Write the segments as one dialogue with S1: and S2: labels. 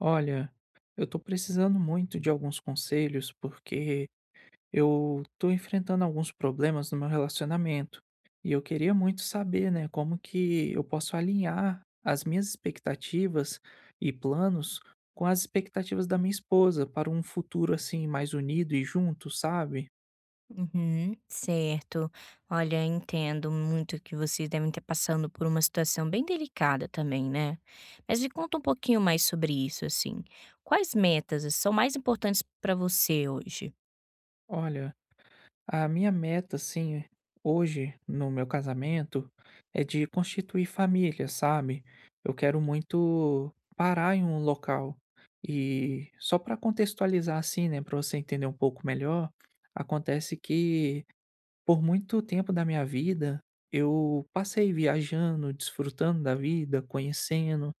S1: Olha, eu tô precisando muito de alguns conselhos porque eu tô enfrentando alguns problemas no meu relacionamento e eu queria muito saber, né, como que eu posso alinhar as minhas expectativas e planos com as expectativas da minha esposa para um futuro assim mais unido e junto, sabe?
S2: Uhum, certo. Olha, entendo muito que vocês devem estar passando por uma situação bem delicada também, né? Mas me conta um pouquinho mais sobre isso, assim. Quais metas são mais importantes para você hoje?
S1: Olha, a minha meta, assim, hoje, no meu casamento, é de constituir família, sabe? Eu quero muito parar em um local. E só para contextualizar, assim, né, para você entender um pouco melhor, acontece que por muito tempo da minha vida eu passei viajando, desfrutando da vida, conhecendo.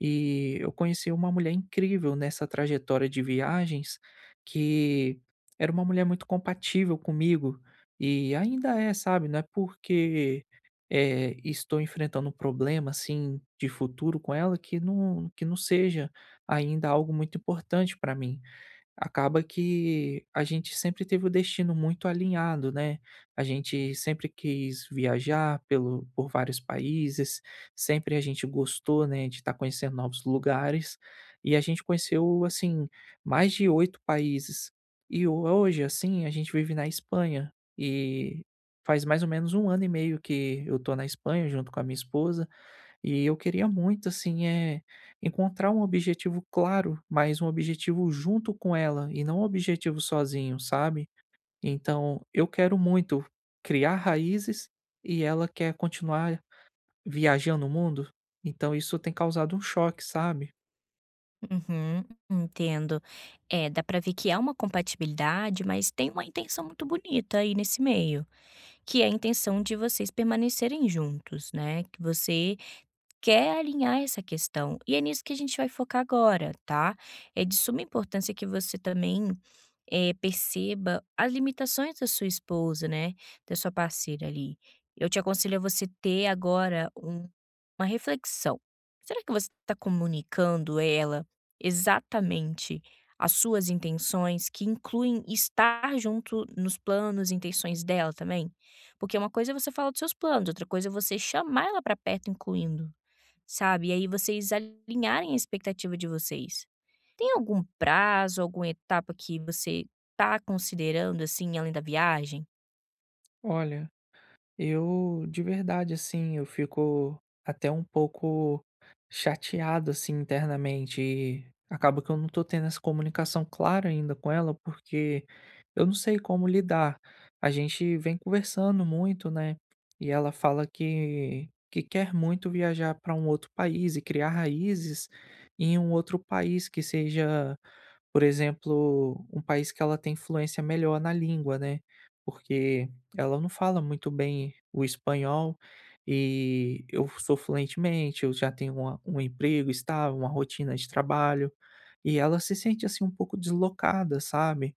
S1: E eu conheci uma mulher incrível nessa trajetória de viagens, que era uma mulher muito compatível comigo, e ainda é, sabe, não é porque, estou enfrentando um problema, assim, de futuro com ela que não seja ainda algo muito importante para mim. Acaba que a gente sempre teve o destino muito alinhado, né. A gente sempre quis viajar pelo por vários países, sempre a gente gostou, né, de estar conhecendo novos lugares, e a gente conheceu, assim, mais de 8 países. E hoje, assim, a gente vive na Espanha, e faz mais ou menos um ano e meio que eu tô na Espanha junto com a minha esposa. E eu queria muito, assim, encontrar um objetivo claro, mas um objetivo junto com ela e não um objetivo sozinho, sabe. Então, eu quero muito criar raízes e ela quer continuar viajando o mundo, então isso tem causado um choque, sabe.
S2: Uhum, entendo. É, dá para ver que há uma compatibilidade, mas tem uma intenção muito bonita aí nesse meio, que é a intenção de vocês permanecerem juntos, né? Que você quer alinhar essa questão. E é nisso que a gente vai focar agora, tá? É de suma importância que você também perceba as limitações da sua esposa, né? Da sua parceira ali. Eu te aconselho a você ter agora uma reflexão. Será que você está comunicando a ela exatamente as suas intenções, que incluem estar junto nos planos, intenções dela também? Porque uma coisa é você falar dos seus planos, outra coisa é você chamar ela para perto, incluindo sabe? E aí vocês alinharem a expectativa de vocês. Tem algum prazo, alguma etapa que você tá considerando, assim, além da viagem?
S1: Olha, eu, de verdade, assim, eu fico até um pouco chateado, assim, internamente. E acaba que eu não tô tendo essa comunicação clara ainda com ela, porque eu não sei como lidar. A gente vem conversando muito, né? E ela fala que quer muito viajar para um outro país e criar raízes em um outro país que seja, por exemplo, um país que ela tem influência melhor na língua, né? Porque ela não fala muito bem o espanhol, e eu sou fluentemente, eu já tenho uma um emprego estável, uma rotina de trabalho, e ela se sente, assim, um pouco deslocada, sabe.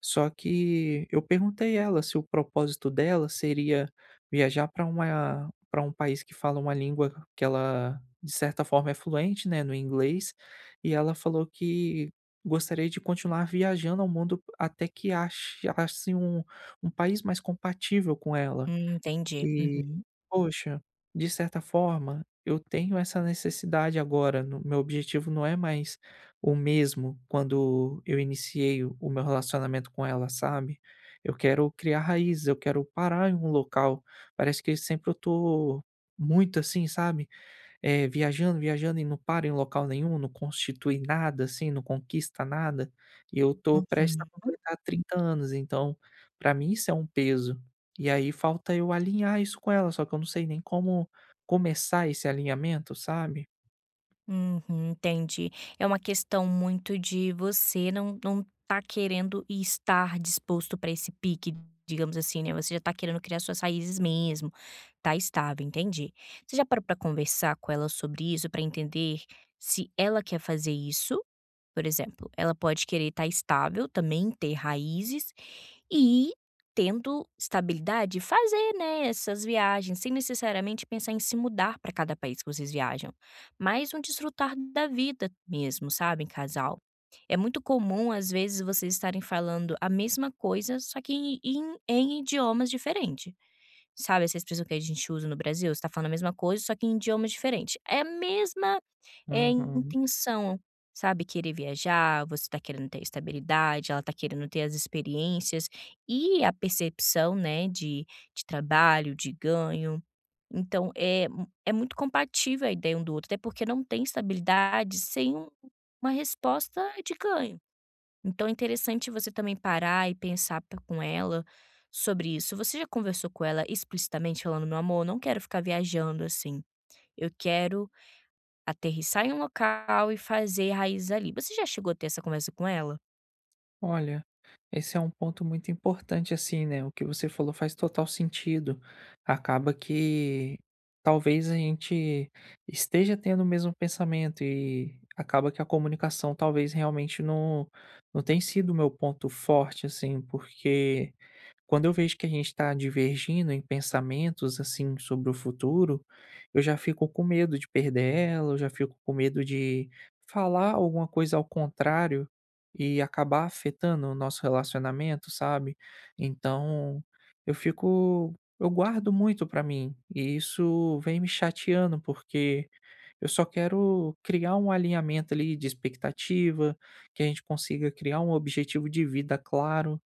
S1: Só que eu perguntei ela se o propósito dela seria viajar para uma pra um país que fala uma língua que ela, de certa forma, é fluente, né, no inglês, e ela falou que gostaria de continuar viajando ao mundo até que ache um país mais compatível com ela.
S2: Entendi.
S1: E,
S2: Uhum,
S1: poxa, de certa forma, eu tenho essa necessidade agora, no meu objetivo não é mais o mesmo quando eu iniciei o meu relacionamento com ela, sabe. Eu quero criar raízes, eu quero parar em um local, parece que sempre eu tô muito assim, sabe. É, viajando, viajando e não para em local nenhum, não constitui nada, assim, não conquista nada, e eu tô prestes a
S2: uhum,
S1: completar 30 anos, então, pra mim isso é um peso. E aí falta eu alinhar isso com ela, só que eu não sei nem como começar esse alinhamento, sabe?
S2: uhum, entendi. É uma questão muito de você não, não tá querendo e estar disposto para esse pique, digamos assim, né? Você já tá querendo criar suas raízes mesmo, tá estável, entendi. Você já parou para conversar com ela sobre isso, para entender se ela quer fazer isso. Por exemplo, ela pode querer estar estável também, ter raízes e tendo estabilidade, fazer, né, essas viagens sem necessariamente pensar em se mudar para cada país que vocês viajam, mas um desfrutar da vida mesmo, sabe, em casal. É muito comum, às vezes, vocês estarem falando a mesma coisa, só que em idiomas diferentes. Sabe essa expressão que a gente usa no Brasil? Você tá falando a mesma coisa, só que em idiomas diferentes. É a mesma, é
S1: Uhum.
S2: intenção, sabe, querer viajar, você tá querendo ter estabilidade, ela tá querendo ter as experiências e a percepção, né, de trabalho, de ganho. Então é mu é muito compatível a ideia um do outro, até porque não tem estabilidade sem um uma resposta de ganho. Então é interessante você também parar e pensar p com ela sobre isso. Você já conversou com ela explicitamente falando: "Meu amor, não quero ficar viajando assim. Eu quero aterrissar em um local e fazer raízes ali". Você já chegou a ter essa conversa com ela?
S1: Olha, esse é um ponto muito importante, assim, né? O que você falou faz total sentido. Acaba que talvez a gente esteja tendo o mesmo pensamento e acaba que a comunicação talvez realmente não tem sido o meu ponto forte, assim, porque quando eu vejo que a gente está divergindo em pensamentos, assim, sobre o futuro, eu já fico com medo de perder ela, eu já fico com medo de falar alguma coisa ao contrário e acabar afetando o nosso relacionamento, sabe? Então, eu fico, eu guardo muito pra mim e isso vem me chateando, porque eu só quero criar um alinhamento ali de expectativa, que a gente consiga criar um objetivo de vida claro.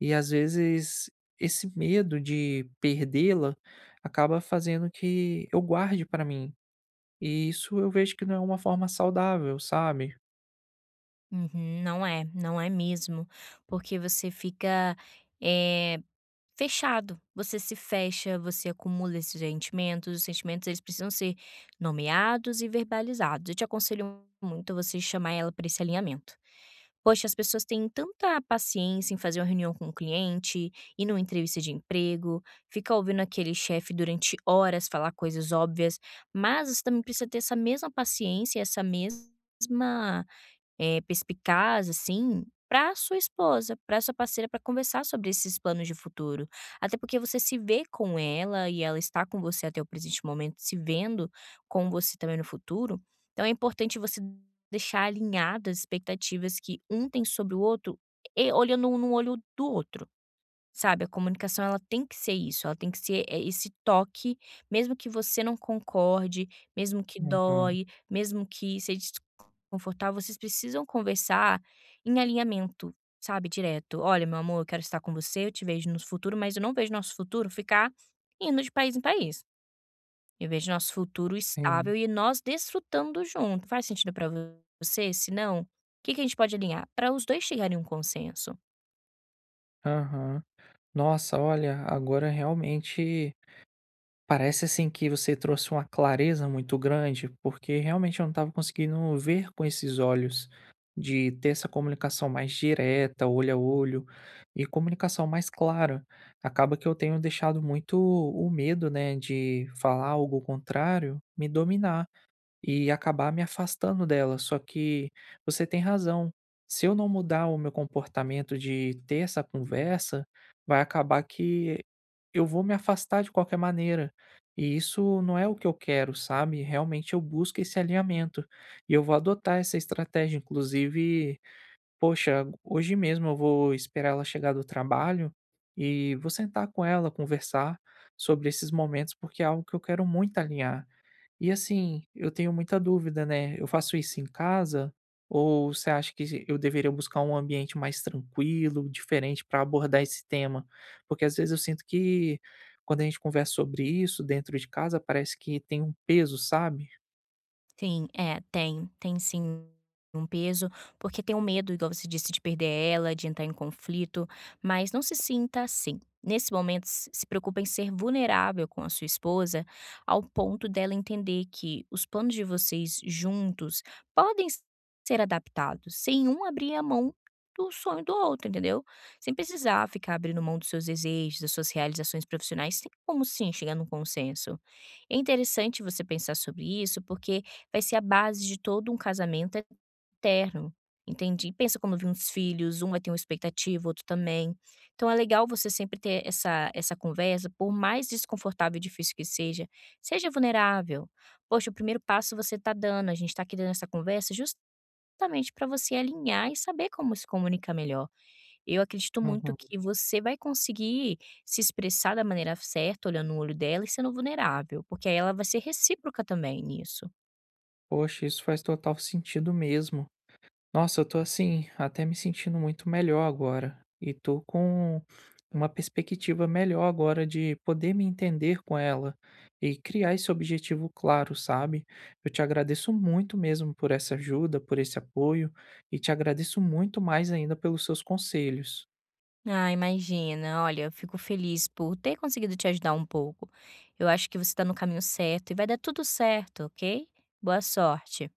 S1: E às vezes esse medo de perdê-la acaba fazendo que eu guarde para mim. E isso eu vejo que não é uma forma saudável, sabe?
S2: Uhum. Não é, não é mesmo. Porque você fica, eh, fechado. Você se fecha, você acumula esses sentimentos. Os sentimentos, eles precisam ser nomeados e verbalizados. Eu te aconselho muito você chamar ela para esse alinhamento. Poxa, as pessoas têm tanta paciência em fazer uma reunião com o cliente, ir numa entrevista de emprego, ficar ouvindo aquele chefe durante horas falar coisas óbvias, mas você também precisa ter essa mesma paciência, essa mesma perspicaz, assim, para sua esposa, para sua parceira, para conversar sobre esses planos de futuro. Até porque você se vê com ela e ela está com você até o presente momento, se vendo com você também no futuro. Então é importante você deixar alinhadas as expectativas que um tem sobre o outro e olhando um no olho do outro. Sabe, a comunicação ela tem que ser isso, ela tem que ser, esse toque, mesmo que você não concorde, mesmo que
S1: Uhum,
S2: dói, mesmo que seja desconfortável, vocês precisam conversar em alinhamento, sabe, direto. "Olha, meu amor, eu quero estar com você, eu te vejo no futuro, mas eu não vejo nosso futuro ficar indo de país em país. Eu vejo nosso futuro
S1: sim.
S2: estável e nós desfrutando junto. Faz sentido pra você? Se não, o que que a gente pode alinhar?" para os 2 chegarem em um consenso.
S1: Aham. Nossa, olha, agora realmente parece assim que você trouxe uma clareza muito grande, porque realmente eu não estava conseguindo ver com esses olhos, de ter essa comunicação mais direta, olho a olho, e comunicação mais clara. Acaba que eu tenho deixado muito o medo, né, de falar algo contrário me dominar e acabar me afastando dela. Só que você tem razão. Se eu não mudar o meu comportamento de ter essa conversa, vai acabar que eu vou me afastar de qualquer maneira. E isso não é o que eu quero, sabe? Realmente eu busco esse alinhamento. E eu vou adotar essa estratégia. Inclusive, poxa, hoje mesmo eu vou esperar ela chegar do trabalho e vou sentar com ela, conversar sobre esses momentos, porque é algo que eu quero muito alinhar. E assim, eu tenho muita dúvida, né, eu faço isso em casa ou você acha que eu deveria buscar um ambiente mais tranquilo, diferente para abordar esse tema? Porque às vezes eu sinto que quando a gente conversa sobre isso dentro de casa, parece que tem um peso, sabe?
S2: Sim, é, tem sim um peso, porque tem o medo, igual você disse, de perder ela, de entrar em conflito, mas não se sinta assim. Nesse momento, se preocupa em ser vulnerável com a sua esposa, ao ponto dela entender que os planos de vocês juntos podem ser adaptados, sem um abrir a mão do sonho do outro, entendeu? Sem precisar ficar abrindo mão dos seus desejos, das suas realizações profissionais, tem como sim chegar num consenso. É interessante você pensar sobre isso, porque vai ser a base de todo um casamento eterno, entende. E pensa quando vir uns filhos, um vai ter uma expectativa, outro também. Então é legal você sempre ter essa conversa, por mais desconfortável e difícil que seja, seja vulnerável. Poxa, o primeiro passo você tá dando, a gente tá aqui dando essa conversa justamente para você alinhar e saber como se comunicar melhor. Eu acredito muito
S1: Uhum.
S2: que você vai conseguir se expressar da maneira certa, olhando no olho dela e sendo vulnerável, porque aí ela vai ser recíproca também nisso.
S1: Poxa, isso faz total sentido mesmo. Nossa, eu tô assim, até me sentindo muito melhor agora. E tô com uma perspectiva melhor agora de poder me entender com ela e criar esse objetivo claro, sabe? Eu te agradeço muito mesmo por essa ajuda, por esse apoio e te agradeço muito mais ainda pelos seus conselhos.
S2: Ah, imagina. Olha, eu fico feliz por ter conseguido te ajudar um pouco. Eu acho que você está no caminho certo e vai dar tudo certo, ok? Boa sorte.